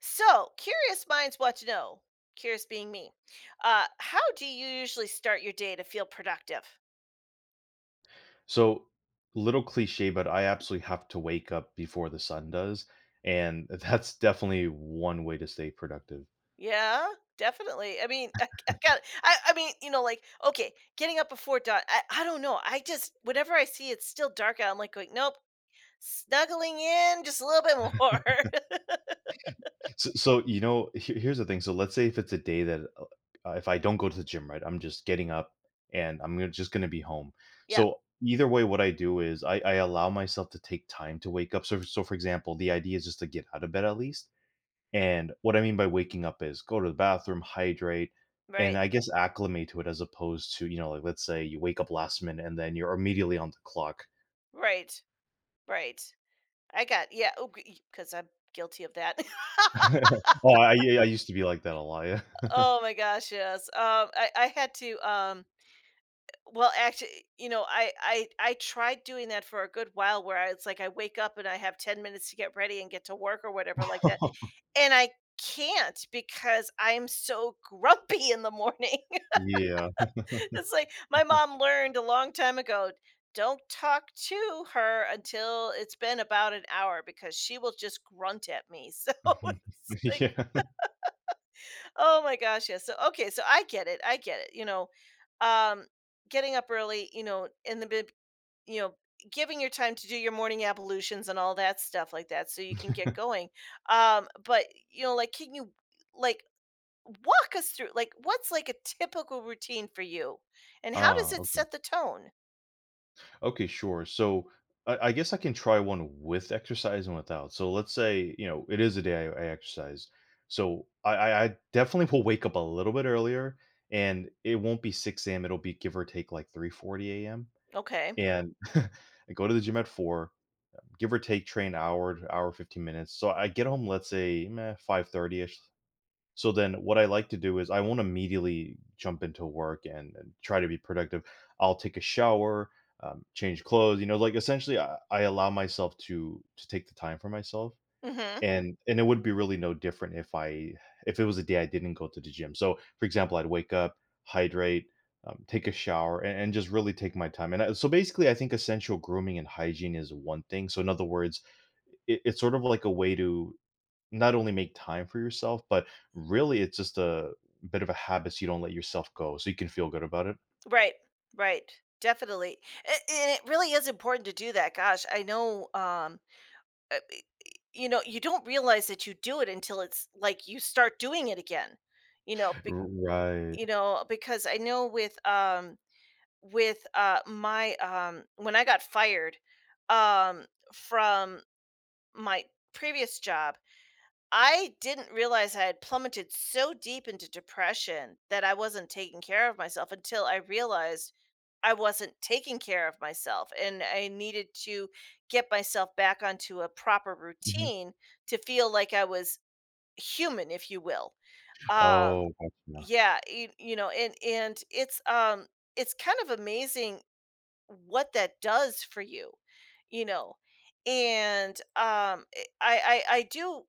So, curious minds want to know, curious being me, how do you usually start your day to feel productive? So, little cliche, but I absolutely have to wake up before the sun does. And that's definitely one way to stay productive. Yeah, definitely. I mean, I got, I mean, you know, like, okay, getting up before dawn. I don't know. I just, whenever I see it's still dark out, I'm like, going, nope, snuggling in just a little bit more. So, here's the thing. So, let's say if it's a day that if I don't go to the gym, right, I'm just getting up and just going to be home. Yeah, So, either way, what I do is I allow myself to take time to wake up. So, for example, the idea is just to get out of bed at least. And what I mean by waking up is go to the bathroom, hydrate, and right, I guess acclimate to it as opposed to, like let's say you wake up last minute and then you're immediately on the clock. right, right. I got, yeah, because I'm guilty of that. Oh, I yeah, I used to be like that a lot. Yeah. Oh my gosh, yes. Well, actually, I tried doing that for a good while where I it's like I wake up and I have 10 minutes to get ready and get to work or whatever like that. And I can't because I'm so grumpy in the morning. Yeah. It's like my mom learned a long time ago, don't talk to her until it's been about an hour because she will just grunt at me. So it's like, Yeah. oh my gosh, yeah. So okay, so I get it. I get it. Um Getting up early, you know, you know, giving your time to do your morning ablutions and all that stuff like that so you can get going. But you know, can you like walk us through what's like a typical routine for you and how does Ah, it okay. set the tone? Okay, sure. So I guess I can try one with exercise and without. So let's say, it is a day I exercise. So I definitely will wake up a little bit earlier and it won't be 6 a.m. It'll be give or take like 3:40 a.m. Okay. And I go to the gym at four, give or take train hour, to hour 15 minutes. So I get home, let's say 5:30ish, so then what I like to do is I won't immediately jump into work and try to be productive. I'll take a shower, change clothes, you know, like essentially I allow myself to take the time for myself. Mhm. And it would be really no different if it was a day I didn't go to the gym. So, for example, I'd wake up, hydrate, take a shower, and just really take my time. And so basically, I think essential grooming and hygiene is one thing. So, in other words, it's sort of like a way to not only make time for yourself, but really it's just a bit of a habit so you don't let yourself go, so you can feel good about it. Right. Right. Definitely. A- And it really is important to do that. Gosh, I know uh, you know, you don't realize that you do it until it's like you start doing it again. You know, be, Right. you know, because I know with my when I got fired um from my previous job, I didn't realize I had plummeted so deep into depression that I wasn't taking care of myself until I realized I wasn't taking care of myself and I needed to get myself back onto a proper Mhm. routine to feel like I was human if you will. Um Oh, gotcha. yeah, you know, and it's it's kind of amazing what that does for you, you know? And eh, I do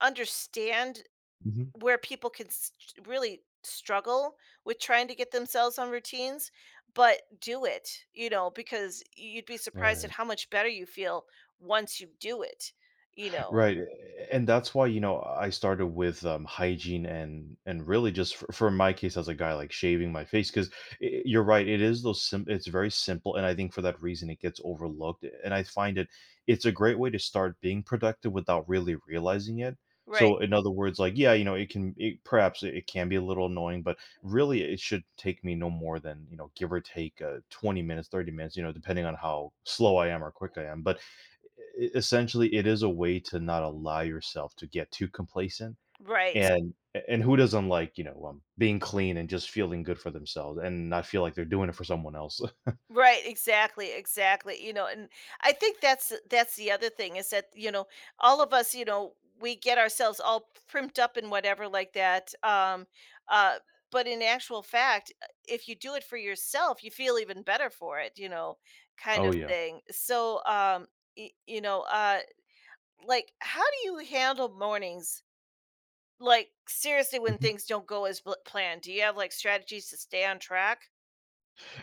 understand Mhm. where people really struggle with trying to get themselves on routines, but do it, you know, because you'd be surprised at Right. how much better you feel once you do it, you know? Right, and that's why, you know, I started with, hygiene and really just for my case as a guy, like, shaving my face because you're right, it is those sim it's very simple, and I think for that reason it gets overlooked, and I find it's a great way to start being productive without really realizing it. Right, So, in other words, like, yeah, you know, it perhaps it can be a little annoying, but really it should take me no more than, you know, give or take, 20 minutes, 30 minutes, you know, depending on how slow I am or quick I am, but E essentially, it is a way to not allow yourself to get too complacent, right. and and who doesn't like, you know, being clean and just feeling good for themselves and not feel like they're doing it for someone else? Right, exactly, exactly. You know, and I think that's the other thing is that, you know, all of us, you know, we get ourselves all primed up and whatever like that. Uh but in actual fact, if you do it for yourself, you feel even better for it, you know, kind Oh, of yeah. thing. You know, like how do you handle mornings? Like seriously when things don't planned, do you have like strategies to stay on track?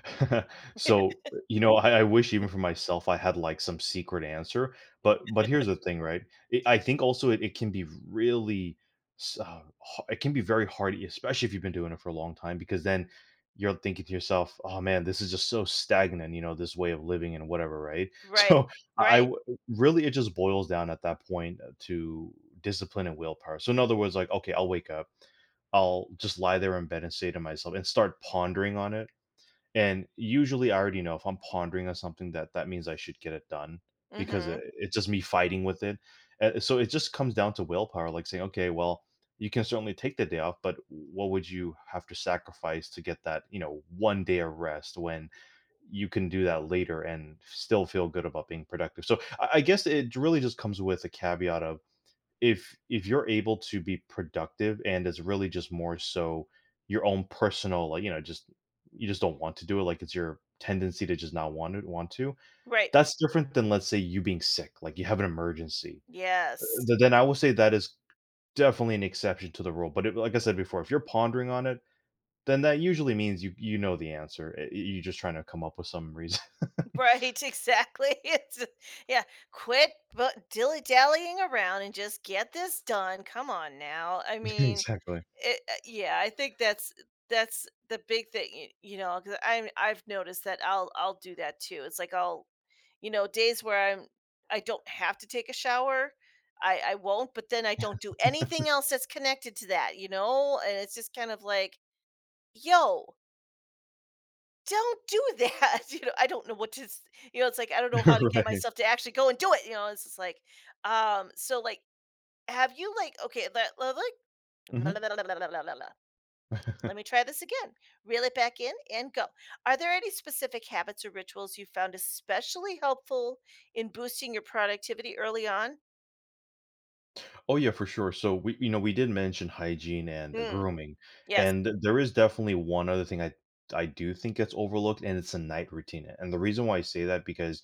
So, you know, I wish even for myself I had, like, some secret answer, but here's the thing, right? It I think also it can be really s ha it can be very hard, especially if you've been doing it for a long time because then you're thinking to yourself, "Oh, man, this is just so stagnant," you know, this way of living and whatever, right? Right. So, I Right. w really, it just boils down at that point to discipline and willpower. So, in other words, like, okay, I'll wake up, I'll just lie there in bed and say to myself and start pondering on it. And usually I already know if I'm pondering on something that means I should get it done because Mhm. it's just me fighting with it. So it just comes down to willpower, like saying, okay, well, you can certainly take the day off, but what would you have to sacrifice to get that, you know, one day of rest when you can do that later and still feel good about being productive. So I guess it really just comes with a caveat of if you're able to be productive and it's really just more so your own personal, like, you know, just you just don't want to do it, like it's your tendency to just not want to Right. that's different than let's say you being sick, like you have an emergency. Yes. Then I will say that is definitely an exception to the rule, but it, like I said before, if you're pondering on it then that usually means you know the answer. You're just trying to come up with some reason. Right, exactly. It's Yeah, quit but dilly-dallying around and just get this done. Come on now. I mean, Exactly. Yeah, I think that's the big thing, y- you because I'm I've noticed that I'll do that too. It's like you know, days where I don't have to take a shower, I won't, but then I don't do anything else that's connected to that, you know? And it's just kind of like, yo, don't do that, you know, I don't know what to s you know, it's like, I don't know how to get Right. myself to actually go and do it, you know, it's just like, so, have you, like okay, let, le like blah, blah, Hmm. blah, blah, blah, blah, blah, blah. Let me try this again, reel it back in and go. Are there any specific habits or rituals you found especially helpful in boosting your productivity early on? Oh, yeah, for sure. So we you know, we did mention hygiene and, Mm, grooming, yes, and there is definitely one other thing I do think gets overlooked, and it's a night routine, and the reason why I say that because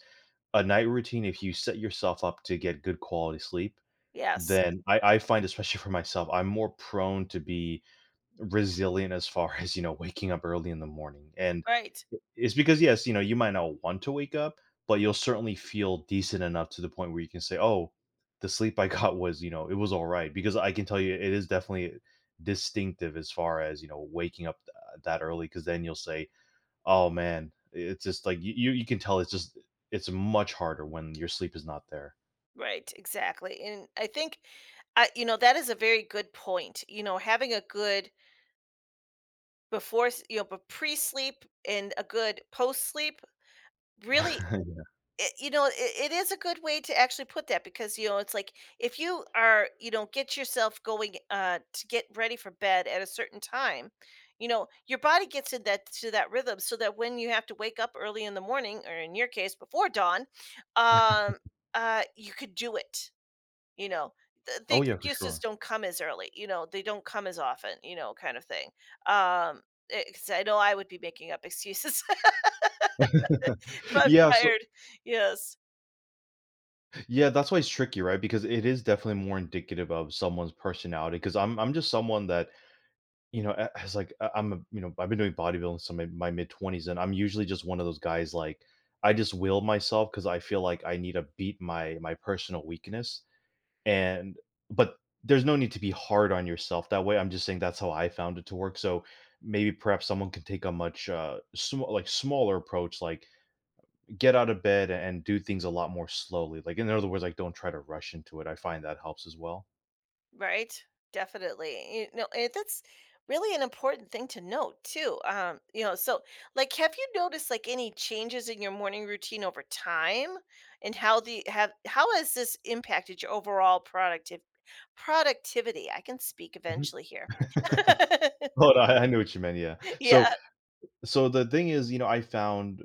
a night routine, if you set yourself up to get good quality sleep, yes, then I find, especially for myself, I'm more prone to be resilient as far as, you know, waking up early in the morning, and right, it's because, yes, you know, you might not want to wake up, but you'll certainly feel decent enough to the point where you can say, "Oh, the sleep I got was, you know, it was alright," because I can tell you it is definitely distinctive as far as, you know, waking up th that early. Because then you'll say, "Oh, man," it's just like you can tell it's much harder when your sleep is not there. right, exactly, and I think, I you know, that is a very good point, you know, having a good Before s you know, but pre-sleep and a good post-sleep really it you know, it is a good way to actually put that because, you know, it's like if you are you know, get yourself going, to get ready for bed at a certain time, you know, your body gets in that rhythm so that when you have to wake up early in the morning, or in your case, before dawn, um, you could do it. You know, the Oh, yeah, for excuses sure. don't come as early, you know, they don't come as often, you know, kind of thing. Um, 'Cause I know I would be making up excuses if I'm Yeah, so tired. Yes, Yeah, that's why it's tricky, right? Because it is definitely more indicative of someone's personality. Because I'm just someone that, you know, has, like, I'm a, you know, I've been doing bodybuilding since my mid 20s, and I'm usually just one of those guys like I just will myself because I feel like I need to beat my personal weakness, and but there's no need to be hard on yourself that way. I'm just saying that's how I found it to work. So maybe perhaps someone can take a much like smaller approach, like get out of bed and do things a lot more slowly. Like, in other words, like, don't try to rush into it. I find that helps as well. right, definitely. You know, and that's really an important thing to note too. You know, so like, have you noticed like any changes in your morning routine over time, and how the have how has this impacted your overall productive productivity? I can speak Mhm. eventually here. Oh, no, I knew what you meant, yeah. Yeah. So, So, the thing is, you know, I found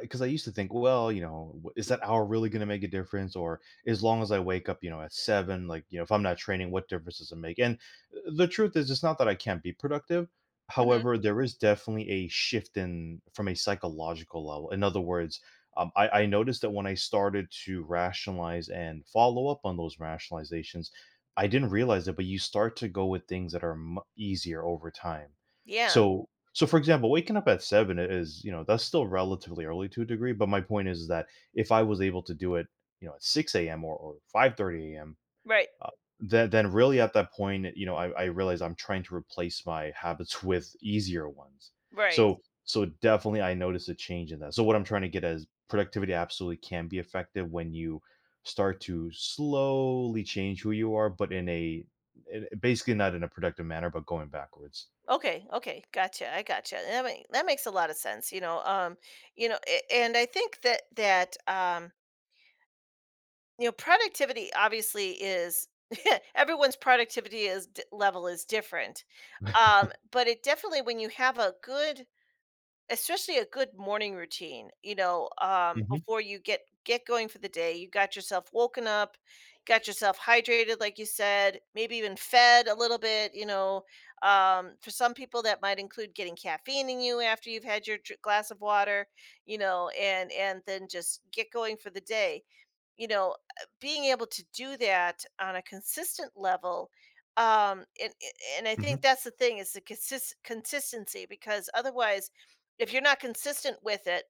because I used to think, well, you know, is that hour really going to make a difference? Or as long as I wake up, you know, at 7, like, you know, if I'm not training, what difference does it make? And the truth is, it's not that I can't be productive. Mm-hmm. However, there is definitely a shift in from a psychological level. In other words, I noticed that when I started to rationalize and follow up on those rationalizations, I didn't realize it, but you start to go with things that are mu easier over time. Yeah. So so, for example, waking up at 7 is, you know, that's still relatively early to a degree. But my point is that if I was able to do it, you know, at 6 a.m. or 5:30 a.m., Right. uh, then really at that point, you know, I realize I'm trying to replace my habits with easier ones. Right. So, so, definitely I notice a change in that. So, what I'm trying to get is productivity absolutely can be effective when you start to slowly change who you are, but basically not in a productive manner, but going backwards. Okay. Okay. Gotcha. I gotcha. That that makes a lot of sense. You know. You know. A- And I think that you know, productivity obviously is everyone's productivity is d- level is different. But it definitely when you have a good, especially a good morning routine, you know, Hmm. before you get going for the day, you got yourself woken up, got yourself hydrated, like you said, maybe even fed a little bit, you know, for some people that might include getting caffeine in you after you've had your glass of water, you know, and then just get going for the day, you know, being able to do that on a consistent level, um and and I think Hmm. that's the thing, is the consistency, because otherwise if you're not consistent with it,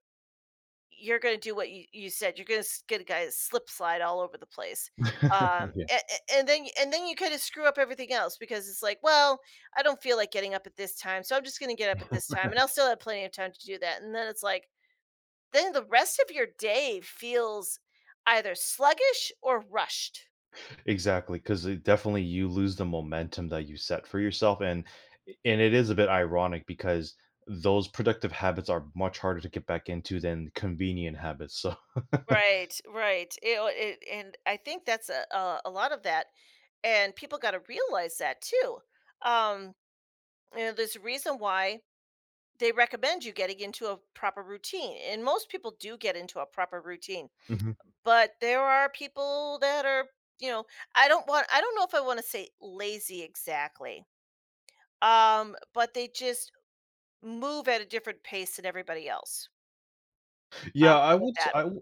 you're gonna do what you said, you're gonna get a guy to slip slide all over the place, Yeah. a and then you kinda screw up everything else because it's like, "Well, I don't feel like getting up at this time, so I'm just gonna get up at this time, and Right. I'll still have plenty of time to do that," and then it's like then the rest of your day feels either sluggish or rushed. Exactly, 'cause it definitely you lose the momentum that you set for yourself, and it is a bit ironic because those productive habits are much harder to get back into than convenient habits, so. Right, right, it and I think that's a lot of that, and people gotta realize that too, um you know, there's a reason why they recommend you getting into a proper routine. And most people do get into a proper routine, Mhm. but there are people that are, you know, I don't know if I want to say lazy exactly, but they just move at a different pace than everybody else. I'll Yeah, I go with would s that. I w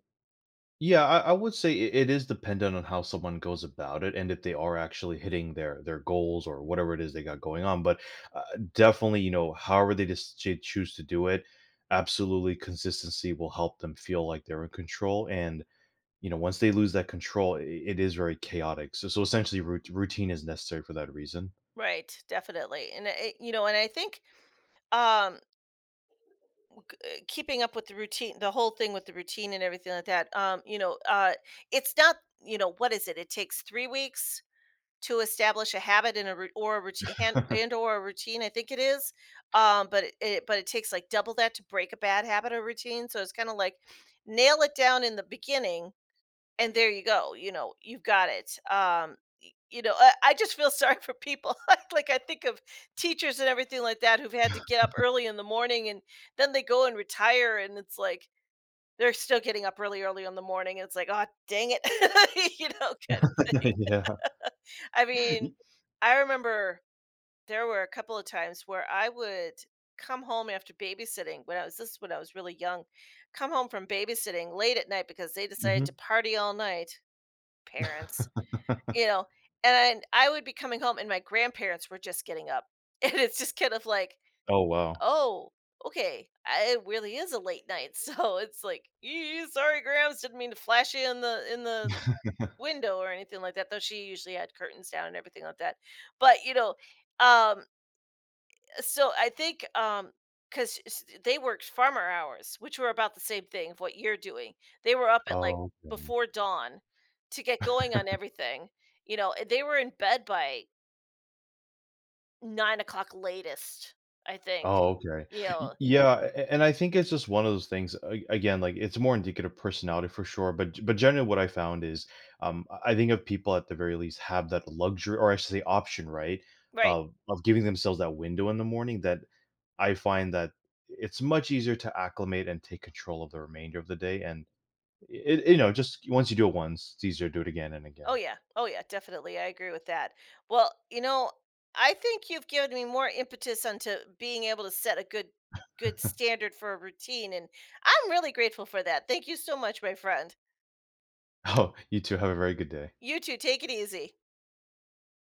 yeah, I would say it is dependent on how someone goes about it and if they are actually hitting their goals or whatever it is they got going on, but, uh, definitely, you know, however they just choose to do it, absolutely consistency will help them feel like they're in control, and you know, once they lose that control, I it is very chaotic. So, essentially, routine is necessary for that reason. Right, definitely. And you know, and I think um keeping up with the routine, the whole thing with the routine and everything like that, you know, it's not, you know, what is it? It takes 3 weeks to establish a habit and a routine, I think it is. But it but it takes like double that to break a bad habit or routine, so it's kind of like nail it down in the beginning and there you go, you know, you've got it. You know, I just feel sorry for people like I think of teachers and everything like that who've had to get up early in the morning and then they go and retire and it's like they're still getting up really early in the morning and it's like oh dang it, you know, kind of thing. Yeah. I mean, I remember there were a couple of times where I would come home after babysitting when I was, this is when I was really young, come home from babysitting late at night because they decided Mhm. to party all night, parents, you know, and I would be coming home and my grandparents were just getting up. And it's just kind of like, Oh, wow. oh, okay, it really is a late night. So it's like, "Ee, sorry, Grams, didn't mean to flash you in the window or anything like that," though she usually had curtains down and everything like that. But, you know, um, so I think 'cause they worked farmer hours, which were about the same thing of what you're doing. They were up at like Oh, okay. before dawn to get going on everything, you know, and they were in bed by 9 o'clock latest, I think, Oh, okay. you Y know, Yeah, a and I think it's just one of those things, a again, like, it's more indicative of personality for sure, but generally what I found is, I think if people at the very least have that luxury, or I should say option, right, right. of giving themselves that window in the morning, that I find that it's much easier to acclimate and take control of the remainder of the day, and it you know, just once you do it once, it's easier to do it again and Oh again. yeah. Oh yeah, definitely. I agree with that. Well, you know, I think you've given me more impetus onto being able to set a good, good standard for a routine and I'm really grateful for that. Thank you so much, my friend. Oh, you too, have a very good day. You too. Take it easy.